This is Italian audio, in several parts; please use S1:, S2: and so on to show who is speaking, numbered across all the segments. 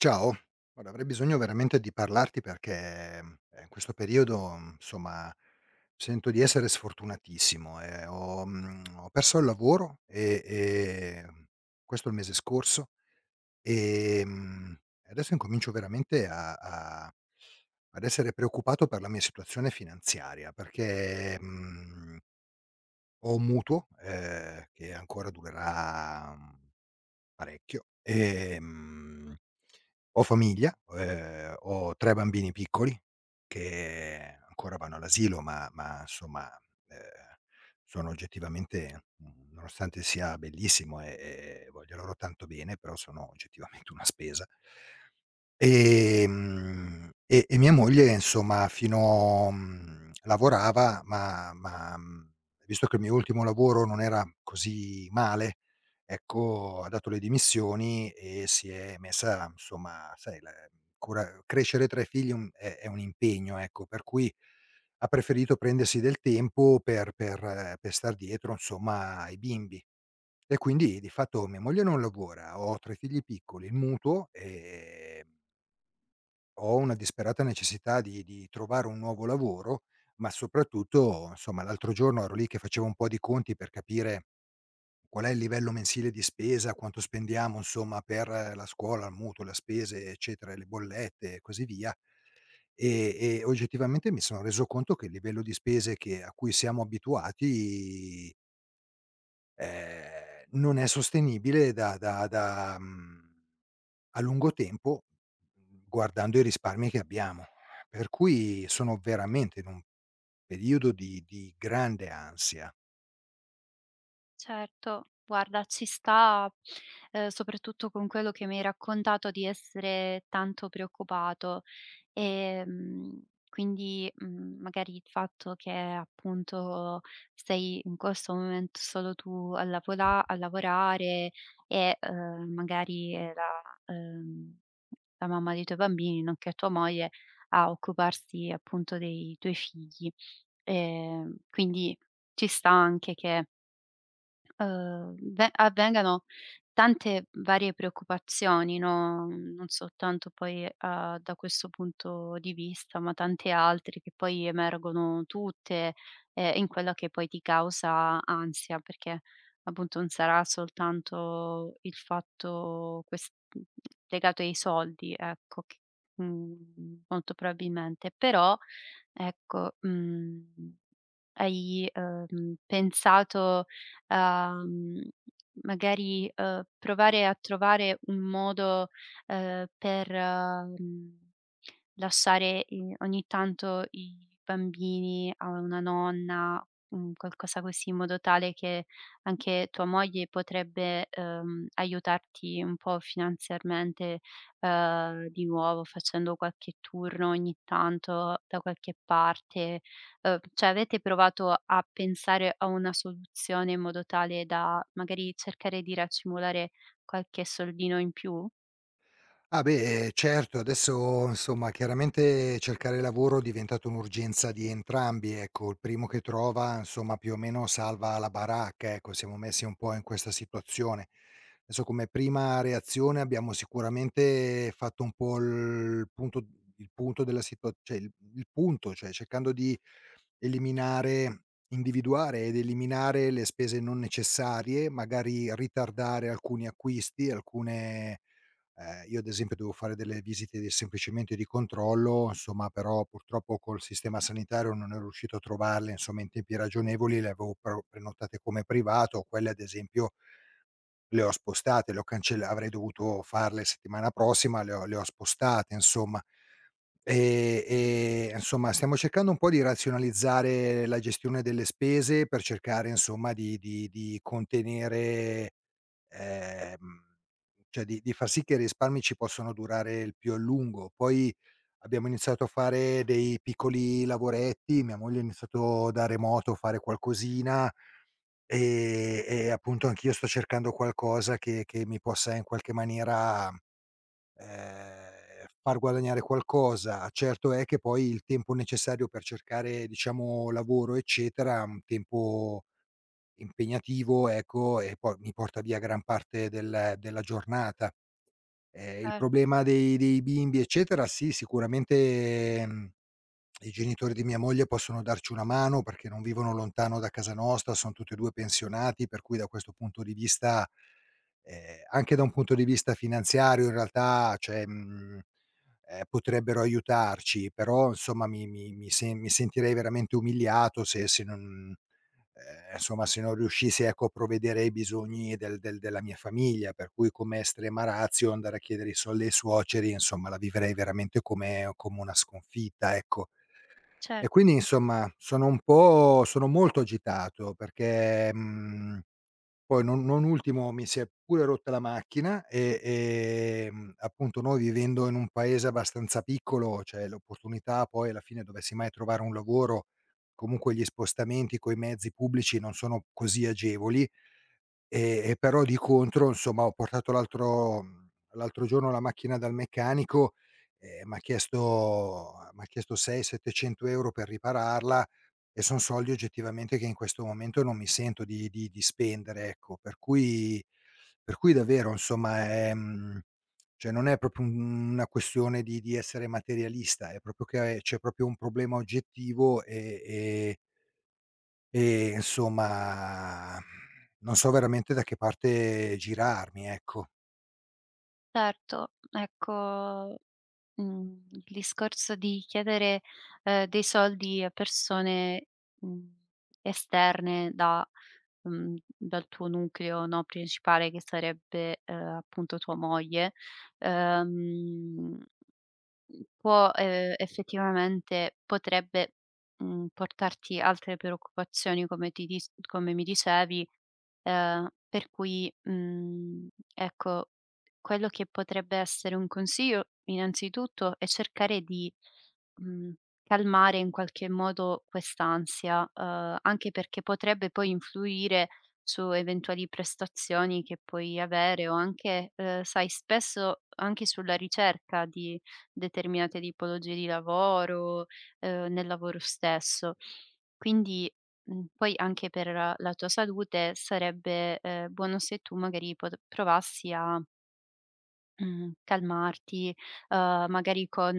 S1: Ciao, guarda avrei bisogno veramente di parlarti perché, in questo periodo, insomma, sento di essere sfortunatissimo, ho perso il lavoro e questo il mese scorso, ehm, e mm, adesso incomincio veramente a ad essere preoccupato per la mia situazione finanziaria perché, ho un mutuo, che ancora durerà parecchio. Ho famiglia, ho 3 bambini piccoli che ancora vanno all'asilo, ma insomma, ehm, sono oggettivamente nonostante sia bellissimo e voglio loro tanto bene, però sono oggettivamente una spesa. E mia moglie insomma lavorava ma visto che il mio ultimo lavoro non era così male, ecco, ha dato le dimissioni e si è messa insomma, sai, la cura crescere 3 figli è un impegno, ecco, per cui ha preferito prendersi del tempo per star dietro insomma ai bimbi. E quindi di fatto mia moglie non lavora, ho 3 figli piccoli, il mutuo, ho una disperata necessità di trovare un nuovo lavoro, ma soprattutto, insomma, l'altro giorno ero lì che facevo un po' di conti per capire qual è il livello mensile di spesa, quanto spendiamo, insomma, per la scuola, il mutuo, le spese, eccetera, le bollette e così via, e oggettivamente mi sono reso conto che il livello di spese che a cui siamo abituati non è sostenibile da a lungo tempo, guardando i risparmi che abbiamo. Per cui sono veramente in un periodo di grande ansia.
S2: Certo, guarda, ci sta, soprattutto con quello che mi hai raccontato di essere tanto preoccupato. Ehm, Magari il fatto che appunto sei in questo momento solo tu a lavorare e, magari è ehm, la mamma dei tuoi bambini, nonché tua moglie, a occuparsi appunto dei tuoi figli. Quindi ci sta anche che ve avvengano tante varie preoccupazioni, no, non soltanto poi, da questo punto di vista, ma tanti altri che poi emergono tutte, in quella che poi ti causa ansia, perché appunto non sarà soltanto il fatto mhmm, legato ai soldi, ecco, che molto probabilmente. Però ecco, hai, pensato, uhm, provare a trovare un modo, uhm, per, mhmm, lasciare i ogni tanto i bambini a una nonna, qualcosa così, in modo tale che anche tua moglie potrebbe, aiutarti un po' finanziariamente, di nuovo facendo qualche turno ogni tanto da qualche parte. Cioè avete provato a pensare a una soluzione in modo tale da magari cercare di racimolare qualche soldino in più?
S1: Ah beh, certo, adesso insomma chiaramente cercare lavoro è diventato un'urgenza di entrambi, ecco, il primo che trova insomma più o meno salva la baracca, ecco, siamo messi un po' in questa situazione. Adesso come prima reazione abbiamo sicuramente fatto un po' il punto della situa cioè il punto, cioè cercando di eliminare individuare ed eliminare le spese non necessarie, magari ritardare alcuni acquisti, alcune. Io ad esempio devo fare delle visite di semplicemente di controllo, insomma, però purtroppo col sistema sanitario non ero riuscito a trovarle, insomma, in tempi ragionevoli, le avevo pro prenotate come privato, quelle ad esempio le ho spostate, le ho cancella avrei dovuto farle settimana prossima, le ho spostate insomma. E insomma stiamo cercando un po' di razionalizzare la gestione delle spese per cercare insomma di contenere ehm, cioè di far sì che i risparmi ci possono durare il più a lungo. Poi abbiamo iniziato a fare dei piccoli lavoretti, mia moglie ha iniziato da remoto a fare qualcosina, e appunto anch'io sto cercando qualcosa che mi possa in qualche maniera, ehm, far guadagnare qualcosa. Certo è che poi il tempo necessario per cercare, diciamo, lavoro eccetera, è un tempo impegnativo, ecco, e poi mi porta via gran parte della giornata. Il
S2: Cer
S1: problema dei bimbi, eccetera, sì, sicuramente, mhmm, i genitori di mia moglie possono darci una mano perché non vivono lontano da casa nostra, son tutti e 2 pensionati, per cui da questo punto di vista anche da un punto di vista finanziario in realtà, cioè, potrebbero aiutarci, però insomma mi sentirei veramente umiliato se non insomma se non riuscissi ecco a provvedere ai bisogni della mia famiglia, per cui come estrema ratio andare a chiedere i soldi ai suoceri, insomma la vivrei veramente come una sconfitta, ecco.
S2: cer
S1: E quindi insomma sono un po', sono molto agitato perché, mhmm, poi non ultimo mi si è pure rotta la macchina e, appunto noi vivendo in un paese abbastanza piccolo, cioè l'opportunità poi alla fine dovessi mai trovare un lavoro, comunque gli spostamenti coi mezzi pubblici non sono così agevoli, e però di contro insomma ho portato l'altro giorno la macchina dal meccanico e m'ha chiesto 6, 700 € per ripararla e son soldi oggettivamente che in questo momento non mi sento di spendere, ecco. Per cui davvero insomma, cioè non è proprio un una questione di essere materialista, è proprio che c'è proprio un problema oggettivo e insomma, non so veramente da che parte girarmi, ecco.
S2: certo. Ecco, il discorso di chiedere, dei soldi a persone, mhmm, esterne dal tuo nucleo, no, principale che sarebbe, appunto tua moglie, ehm può, effettivamente potrebbe, portarti altre preoccupazioni come ti dis come mi dicevi, per cui, ecco, quello che potrebbe essere un consiglio innanzitutto è cercare di, mhmm, calmare in qualche modo quest'ansia, anche perché potrebbe poi influire su eventuali prestazioni che puoi avere o anche, sai, spesso anche sulla ricerca di determinate tipologie di lavoro, nel lavoro stesso. Quindi, poi anche per la tua salute sarebbe, buono se tu magari pot provassi a Mhmm, calmarti, magari con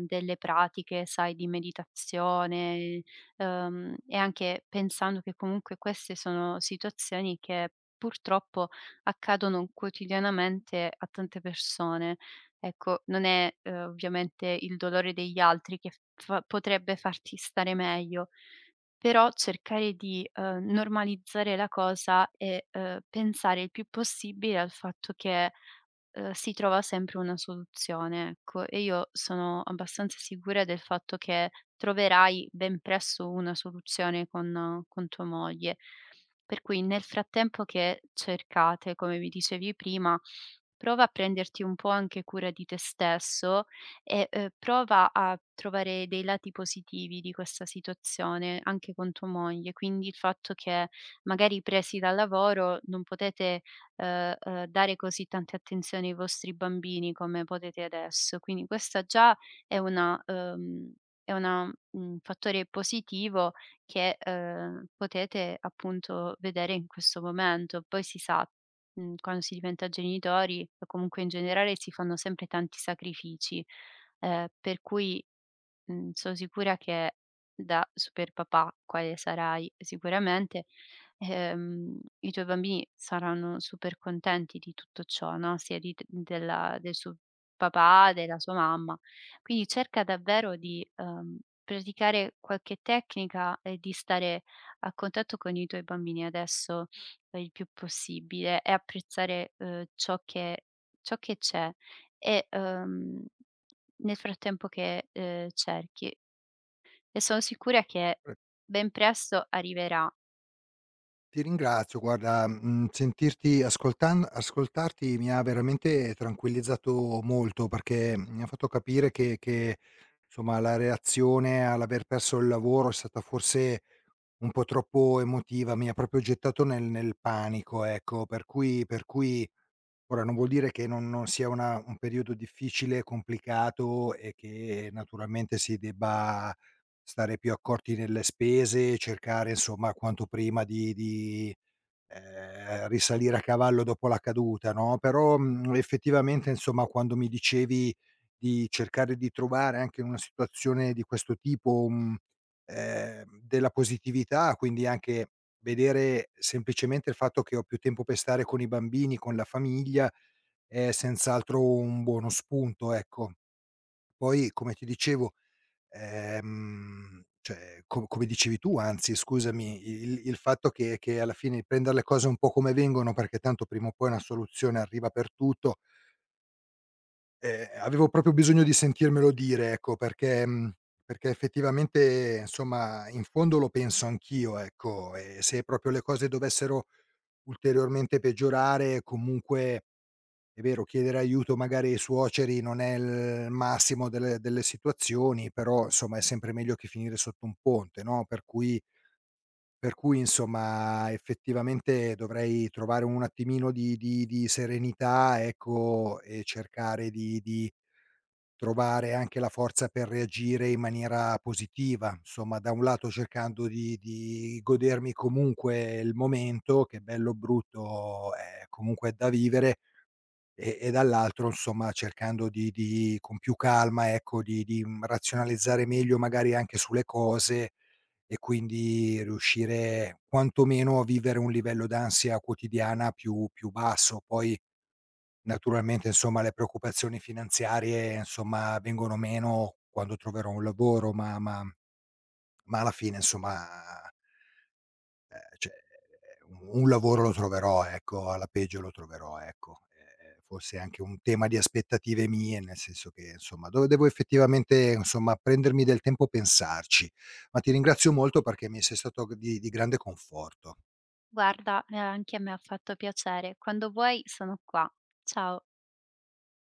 S2: delle pratiche, sai, di meditazione, e anche pensando che comunque queste sono situazioni che purtroppo accadono quotidianamente a tante persone. Ecco, non è, ovviamente, il dolore degli altri che fa potrebbe farti stare meglio, però cercare di, normalizzare la cosa e, pensare il più possibile al fatto che si trova sempre una soluzione, ecco. E io sono abbastanza sicura del fatto che troverai ben presto una soluzione con tua moglie. Per cui nel frattempo che cercate, come mi dicevi prima, prova a prenderti un po' anche cura di te stesso e, prova a trovare dei lati positivi di questa situazione anche con tua moglie. Quindi il fatto che magari presi dal lavoro non potete dare così tante attenzioni ai vostri bambini come potete adesso. Quindi questa già è una ehm, è una un fattore positivo che, potete appunto vedere in questo momento. Poi si sa, quando si diventa genitori o comunque in generale si fanno sempre tanti sacrifici, per cui so' sicura che da super papà, quale sarai sicuramente, i tuoi bambini saranno super contenti di tutto ciò, no, sia di t della del suo papà, della sua mamma. Quindi cerca davvero di, praticare qualche tecnica e di stare a contatto con i tuoi bambini adesso, il più possibile, e apprezzare, ciò che c'è e, nel frattempo che, cerchi, e son sicura che ben presto arriverà.
S1: Ti ringrazio, guarda, mhmm, sentirti ascoltan ascoltarti mi ha veramente tranquillizzato molto perché mi ha fatto capire che, insomma, la reazione all'aver perso il lavoro è stata forse un po' troppo emotiva, mi ha proprio gettato nel panico, ecco. Per cui ora non vuol dire che non sia una un periodo difficile, complicato e che naturalmente si debba stare più accorti nelle spese, cercare, insomma, quanto prima di risalire a cavallo dopo la caduta, no, però, mhmm, effettivamente insomma quando mi dicevi di cercare di trovare anche in una situazione di questo tipo, della positività, quindi anche vedere semplicemente il fatto che ho più tempo per stare con i bambini, con la famiglia, è senz'altro un buono spunto, ecco. Poi come ti dicevo cioè, co come dicevi tu, anzi scusami, il fatto che alla fine prendere le cose un po' come vengono, perché tanto prima o poi una soluzione arriva per tutto, avevo proprio bisogno di sentirmelo dire, ecco, perché perché effettivamente insomma in fondo lo penso anch'io, ecco, e se proprio le cose dovessero ulteriormente peggiorare, comunque è vero, chiedere aiuto magari ai suoceri non è il massimo delle situazioni, però insomma è sempre meglio che finire sotto un ponte, no, per cui insomma effettivamente dovrei trovare un attimino di serenità, ecco, e cercare di trovare anche la forza per reagire in maniera positiva. Insomma, da un lato cercando di godermi comunque il momento, che bello o brutto è comunque da vivere, e dall'altro insomma cercando di con più calma ecco, mhmm, razionalizzare meglio magari anche sulle cose e quindi riuscire quantomeno a vivere un livello d'ansia quotidiana più basso. Poi naturalmente insomma le preoccupazioni finanziarie insomma vengono meno quando troverò un lavoro, ma alla fine insomma cioè, un lavoro lo troverò, ecco, alla peggio lo troverò, ecco. Forse è anche un tema di aspettative mie, nel senso che, insomma, dove devo effettivamente, insomma, prendermi del tempo a pensarci. Ma ti ringrazio molto perché mi sei stato g di grande conforto.
S2: Guarda, anche a me ha fatto piacere. Quando vuoi sono qua. Ciao.